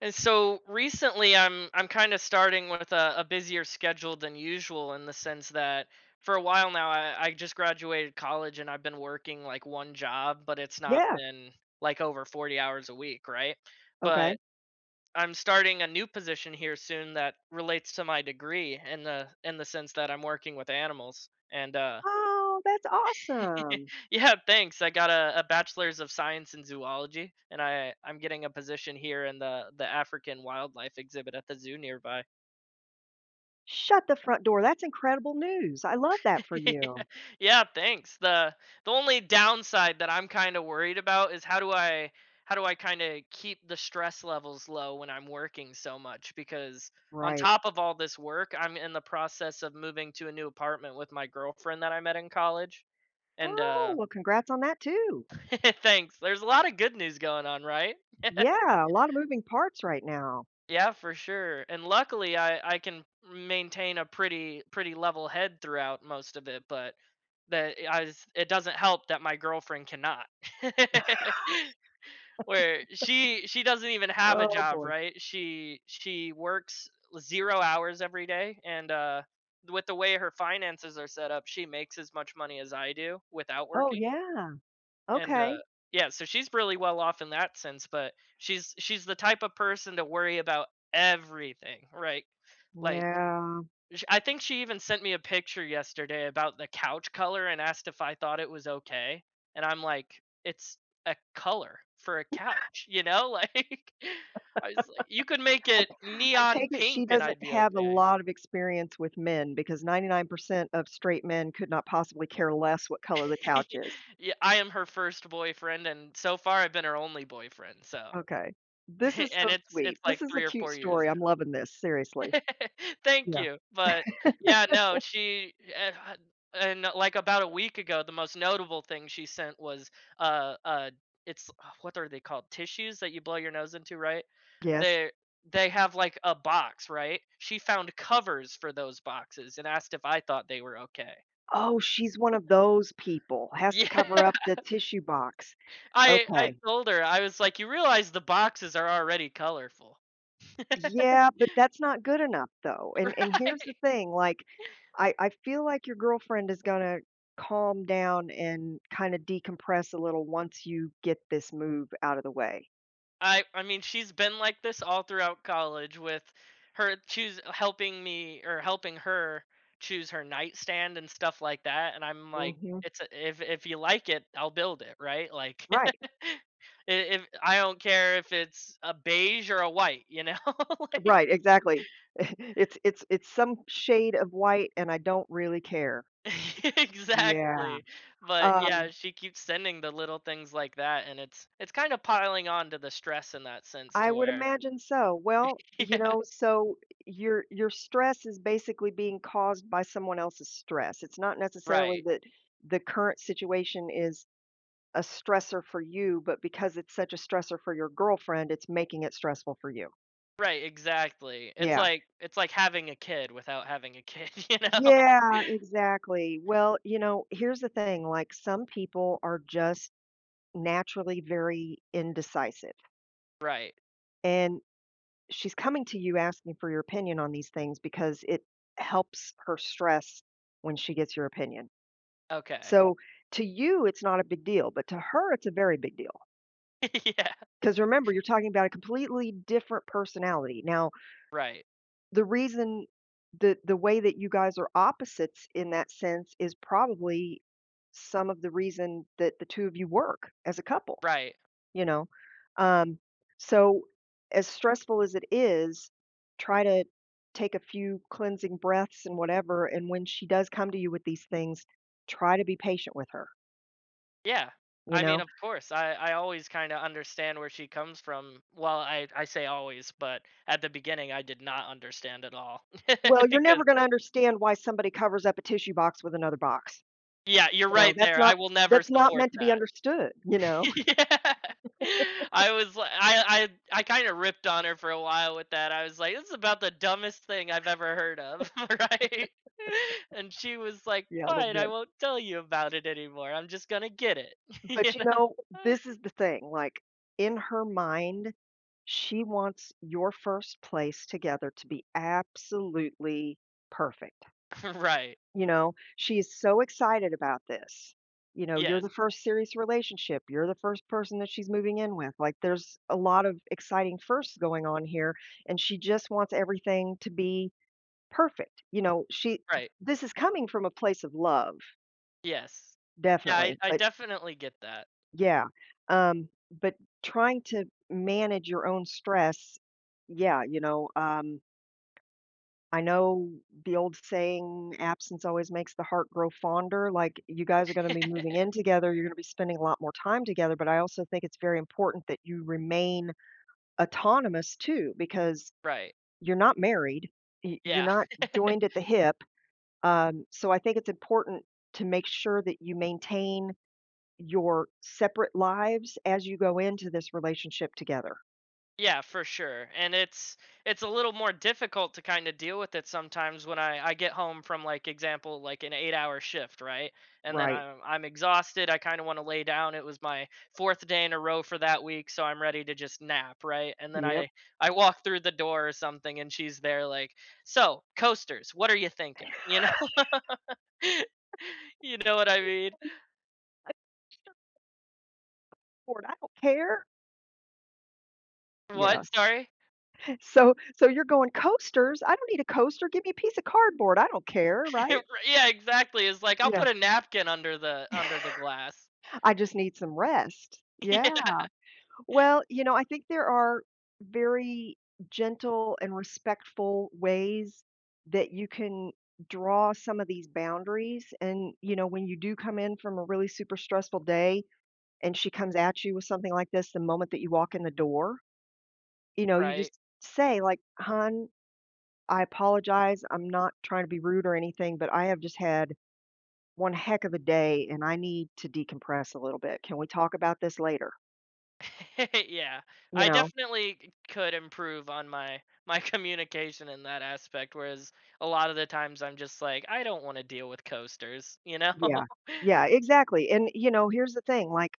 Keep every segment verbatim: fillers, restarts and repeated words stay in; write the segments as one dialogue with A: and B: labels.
A: And so recently I'm I'm kind of starting with a, a busier schedule than usual, in the sense that for a while now I, I just graduated college and I've been working like one job, but it's not
B: Yeah,
A: been like over forty hours a week, right? But
B: okay.
A: I'm starting a new position here soon that relates to my degree, in the in the sense that I'm working with animals. And uh
B: Oh, that's awesome.
A: yeah, thanks. I got a, a bachelor's of science in zoology, and I I'm getting a position here in the the African wildlife exhibit at the zoo nearby.
B: Shut the front door, that's incredible news, I love that for you.
A: Yeah, thanks. the The only downside that I'm kind of worried about is, how do I how do I kind of keep the stress levels low when I'm working so much, because on
B: Right.
A: top of all this work, I'm in the process of moving to a new apartment with my girlfriend that I met in college. And
B: Oh,
A: uh
B: well, congrats on that too.
A: thanks. There's a lot of good news going on, right?
B: Yeah, a lot of moving parts right now.
A: Yeah, for sure. And luckily I I can maintain a pretty pretty level head throughout most of it, but that that I s- it doesn't help that my girlfriend cannot. Where she she doesn't even have a
B: Oh,
A: job,
B: boy.
A: right? She she works zero hours every day, and uh with the way her finances are set up, she makes as much money as I do without
B: Oh,
A: working.
B: yeah,
A: And, uh,
B: okay.
A: yeah, so she's really well off in that sense, but she's she's the type of person to worry about everything, right? Like,
B: Yeah.
A: sh I think she even sent me a picture yesterday about the couch color and asked if I thought it was okay, and I'm like, "It's a color for a couch," you know? Like, I was like, "You could make
B: I
A: it
B: I
A: neon
B: take it she
A: pink and I'd
B: doesn't
A: be
B: have a
A: okay."
B: lot of experience with men because ninety-nine percent of straight men could not possibly care less what color the couch is.
A: Yeah, I am her first boyfriend, and so far I've been her only boyfriend, so
B: Okay. This is so
A: and it's it's
B: sweet.
A: like
B: This is a
A: three or
B: cute
A: four years.
B: story, I'm loving this, seriously.
A: Thank
B: Yeah.
A: you. But yeah, no, she, and, and, uh, like about a week ago, the most notable thing she sent was, uh uh it's, uh, what are they called? Tissues that you blow your nose into, right?
B: Yes.
A: They they have like a box, right? She found covers for those boxes and asked if I thought they were okay.
B: Oh, she's one of those people, has to
A: Yeah,
B: cover up the tissue box.
A: I I
B: Okay.
A: told her. I was like, you realize the boxes are already colorful,
B: Yeah, but that's not good enough though, and and here's the
A: right?
B: thing, like, I I feel like your girlfriend is gonna calm down and kinda decompress a little once you get this move out of the way.
A: I I mean, she's been like this all throughout college with her choose helping me, or helping her choose her nightstand and stuff like that, and I'm like,
B: Mhm.
A: it's a, if if you like it I'll build it, right? Like,
B: Right.
A: i- if I don't care if it's a beige or a white, you know? Like,
B: Right, exactly. It's it's it's some shade of white, and I don't really care. Yeah.
A: exactly. But yeah,
B: Um
A: she keeps sending the little things like that, and it's it's kind of piling on to the stress in that sense,
B: I
A: to
B: would
A: where
B: imagine so. Well, you
A: yeah,
B: know, so your your stress is basically being caused by someone else's stress. It's not necessarily
A: right.
B: that the current situation is a stressor for you, but because it's such a stressor for your girlfriend, it's making it stressful for you.
A: Right, exactly. It's
B: Yeah.
A: like it's like having a kid without having a kid, you
B: Yeah,
A: know?
B: exactly. Well, you know, here's the thing, like some people are just naturally very indecisive.
A: Right.
B: And she's coming to you asking for your opinion on these things because it helps her stress when she gets your opinion.
A: Okay.
B: So to you, it's not a big deal, but to her, it's a very big deal.
A: Yeah.
B: Because remember, you're talking about a completely different personality. Now,
A: Right.
B: the reason the the way that you guys are opposites in that sense is probably some of the reason that the two of you work as a couple,
A: Right.
B: you know? Um, so, as stressful as it is, try to take a few cleansing breaths and whatever. And when she does come to you with these things, try to be patient with her,
A: Yeah.
B: you
A: I mean,
B: know?
A: of course, I I always kinda understand where she comes from. Well, I I say always, but at the beginning, I did not understand at all
B: Well, you're never
A: because.
B: going to understand why somebody covers up a tissue box with another box.
A: Yeah, you're
B: You know,
A: right
B: that's
A: there. I
B: not
A: will never
B: that's not
A: support
B: meant to be
A: that.
B: understood, you know.
A: Yeah. I was li I I I kinda ripped on her for a while with that. I was like, "This is about the dumbest thing I've ever heard of," right? And she was like,
B: Yeah, a little
A: "Fine, I
B: bit.
A: won't tell you about it anymore. I'm just gonna get it." You
B: But, you
A: know?
B: know, this is the thing, like, in her mind, she wants your first place together to be absolutely perfect,
A: Right.
B: you know? She is so excited about this. You know, you're the
A: Yes.
B: first serious relationship, you're the first person that she's moving in with, like, there's a lot of exciting firsts going on here, and she just wants everything to be perfect, you know? She
A: Right.
B: this is coming from a place of love,
A: Yes. Yeah, I
B: definitely,
A: I
B: but
A: definitely get that.
B: yeah, um, but trying to manage your own stress, yeah, you know, um, I know the old saying, absence always makes the heart grow fonder. Like, you guys are going to be moving in together. You're going to be spending a lot more time together. But I also think it's very important that you remain autonomous too, because
A: Right.
B: you're not married, y- you're
A: Yeah.
B: not joined at the hip. Um, so I think it's important to make sure that you maintain your separate lives as you go into this relationship together,
A: Yeah, for sure. And it's it's a little more difficult to kind of deal with it sometimes when I I get home from, like, example, like, an eight-hour shift, right? And then
B: right?
A: I'm I'm exhausted. I kind of want to lay down. It was my fourth day in a row for that week, so I'm ready to just nap, right? And then
B: Yep.
A: I I walk through the door or something, and she's there like, "So, coasters, what are you thinking?" You know? You know what I mean?
B: I Bored, I don't care. Yeah.
A: What? Sorry?
B: So so you're going coasters. I don't need a coaster. Give me a piece of cardboard. I don't care, right?
A: Yeah, exactly. It's like I'll
B: Yeah.
A: put a napkin under the under the glass.
B: I just need some rest. Yeah.
A: Yeah,
B: Well, you know, I think there are very gentle and respectful ways that you can draw some of these boundaries. And, you know, when you do come in from a really super stressful day, and she comes at you with something like this the moment that you walk in the door, you know, you
A: right.
B: just say like, "Hon, I apologize. I'm not trying to be rude or anything, but I have just had one heck of a day and I need to decompress a little bit. Can we talk about this later?"
A: Yeah,
B: You
A: I
B: know?
A: definitely c- could improve on my my communication in that aspect. Whereas a lot of the times I'm just like, I don't want to deal with coasters, you know?
B: Yeah. Yeah, exactly. And you know, here's the thing, like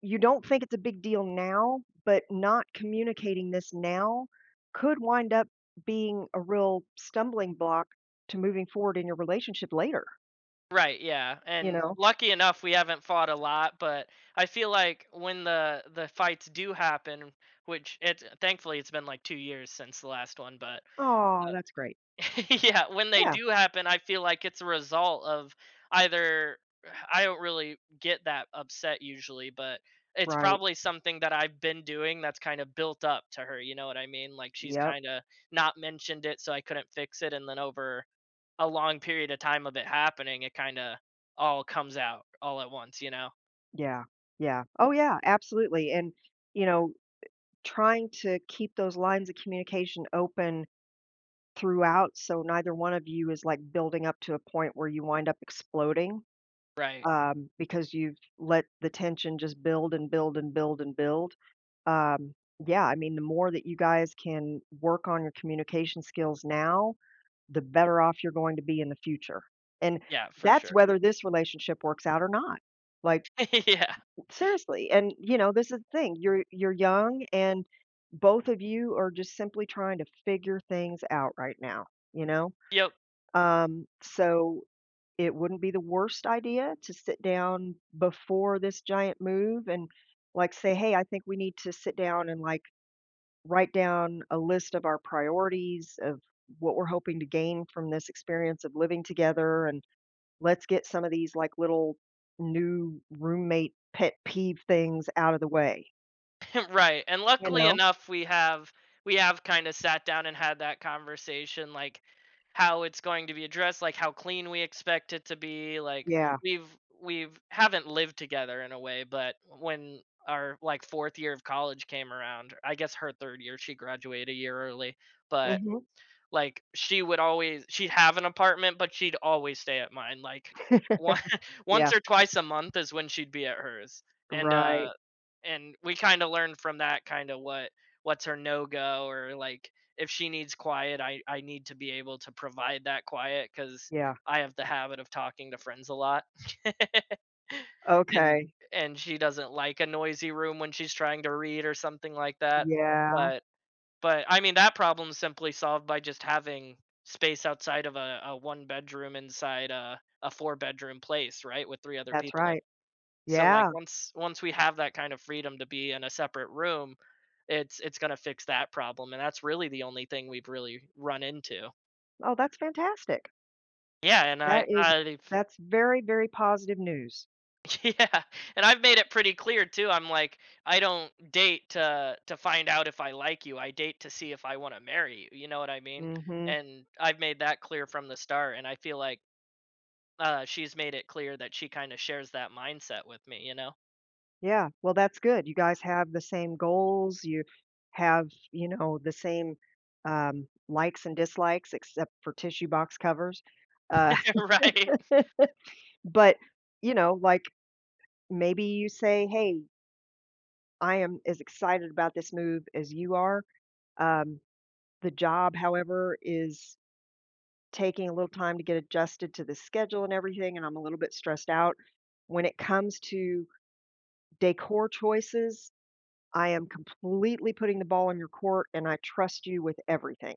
B: you don't think it's a big deal now, but not communicating this now could wind up being a real stumbling block to moving forward in your relationship later,
A: Right? Yeah,
B: you
A: and
B: know?
A: lucky enough we haven't fought a lot, but I feel like when the the fights do happen, which it thankfully it's been like two years since the last one, but
B: Oh, that's great.
A: uh, yeah, when they
B: Yeah,
A: do happen, I feel like it's a result of either I don't really get that upset usually, but it's
B: right.
A: probably something that I've been doing that's kind of built up to her, you know what I mean? Like, she's
B: Yep.
A: kind of not mentioned it, so I couldn't fix it, and then over a long period of time of it happening, it kind of all comes out all at once, you know?
B: Yeah. Yeah. Oh, yeah, absolutely, and, you know, trying to keep those lines of communication open throughout so neither one of you is, like, building up to a point where you wind up exploding,
A: Right.
B: um, because you've let the tension just build and build and build and build. Um, yeah, I mean, the more that you guys can work on your communication skills now, the better off you're going to be in the future. And
A: Yeah, for
B: that's
A: sure.
B: whether this relationship works out or not. Like
A: Yeah.
B: seriously. And you know, this is the thing. You're you're young and both of you are just simply trying to figure things out right now, you know?
A: Yep.
B: Um, so it wouldn't be the worst idea to sit down before this giant move and like say, "Hey, I think we need to sit down and like write down a list of our priorities of what we're hoping to gain from this experience of living together and let's get some of these like little new roommate pet peeve things out of the way,
A: Right, and
B: you
A: luckily
B: know?
A: enough, we have we have kinda sat down and had that conversation, like how it's going to be addressed, like how clean we expect it to be, like
B: Yeah.
A: we've we've haven't lived together in a way, but when our, like, fourth year of college came around, I guess her third year, she graduated a year early, but,
B: Hmm.
A: like, she would always she'd have an apartment, but she'd always stay at mine, like one
B: Yeah.
A: once or twice a month is when she'd be at hers, and,
B: Right.
A: uh and we kinda learned from that kinda what what's her no-go, or, like, if she needs quiet, I I need to be able to provide that quiet because
B: Yeah.
A: I have the habit of talking to friends a lot. And
B: Okay.
A: and she doesn't like a noisy room when she's trying to read or something like that,
B: Yeah.
A: but but I mean, that problem is simply solved by just having space outside of a, a one bedroom inside a, a four bedroom place, right? With three other
B: That's
A: people in it.
B: right.
A: So, like,
B: Yeah.
A: once once we have that kind of freedom to be in a separate room, it's it's gonna fix that problem. And that's really the only thing we've really run into.
B: Oh, that's fantastic.
A: Yeah, and I
B: That is,
A: I've
B: that's very, very positive news.
A: yeah, and I've made it pretty clear too. I'm like, I don't date to to find out if I like you. I date to see if I want to marry you. You know what I mean?
B: Hmm.
A: And I've made that clear from the start. And I feel like uh, she's made it clear that she kind of shares that mindset with me. You know,
B: Yeah, well, that's good. You guys have the same goals, you have, you know, the same, um, likes and dislikes except for tissue box covers, uh,
A: right?
B: but, you know, like, maybe you say, "Hey, I am as excited about this move as you are, um, the job, however, is taking a little time to get adjusted to the schedule and everything, and I'm a little bit stressed out. When it comes to decor choices, I am completely putting the ball in your court, and I trust you with everything.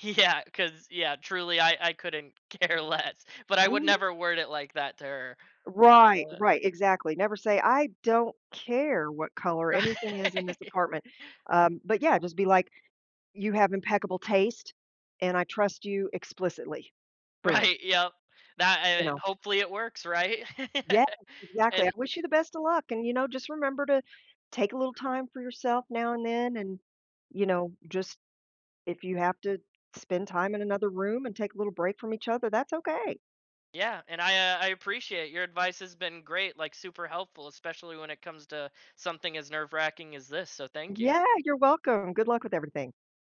A: Yeah, because yeah, truly, I I couldn't care less. But I would
B: Mhm.
A: never word it like that to her.
B: Right,
A: Uh,
B: right, exactly. Never say, "I don't care what color anything is in this
A: right?
B: apartment." Um, but yeah, just be like, "You have impeccable taste, and I trust you explicitly." Boom,
A: Right? Yep.
B: you
A: That.
B: know?
A: Uh, hopefully, it works. Right?
B: Yes, exactly. I
A: and
B: wish you the best of luck, and, you know, just remember to take a little time for yourself now and then, and, you know, just if you have to spend time in another room and take a little break from each other, that's okay.
A: Yeah, and I uh, I appreciate your advice has been great, like super helpful, especially when it comes to something as nerve wracking as this. So thank you.
B: Yeah, you're welcome. Good luck with everything.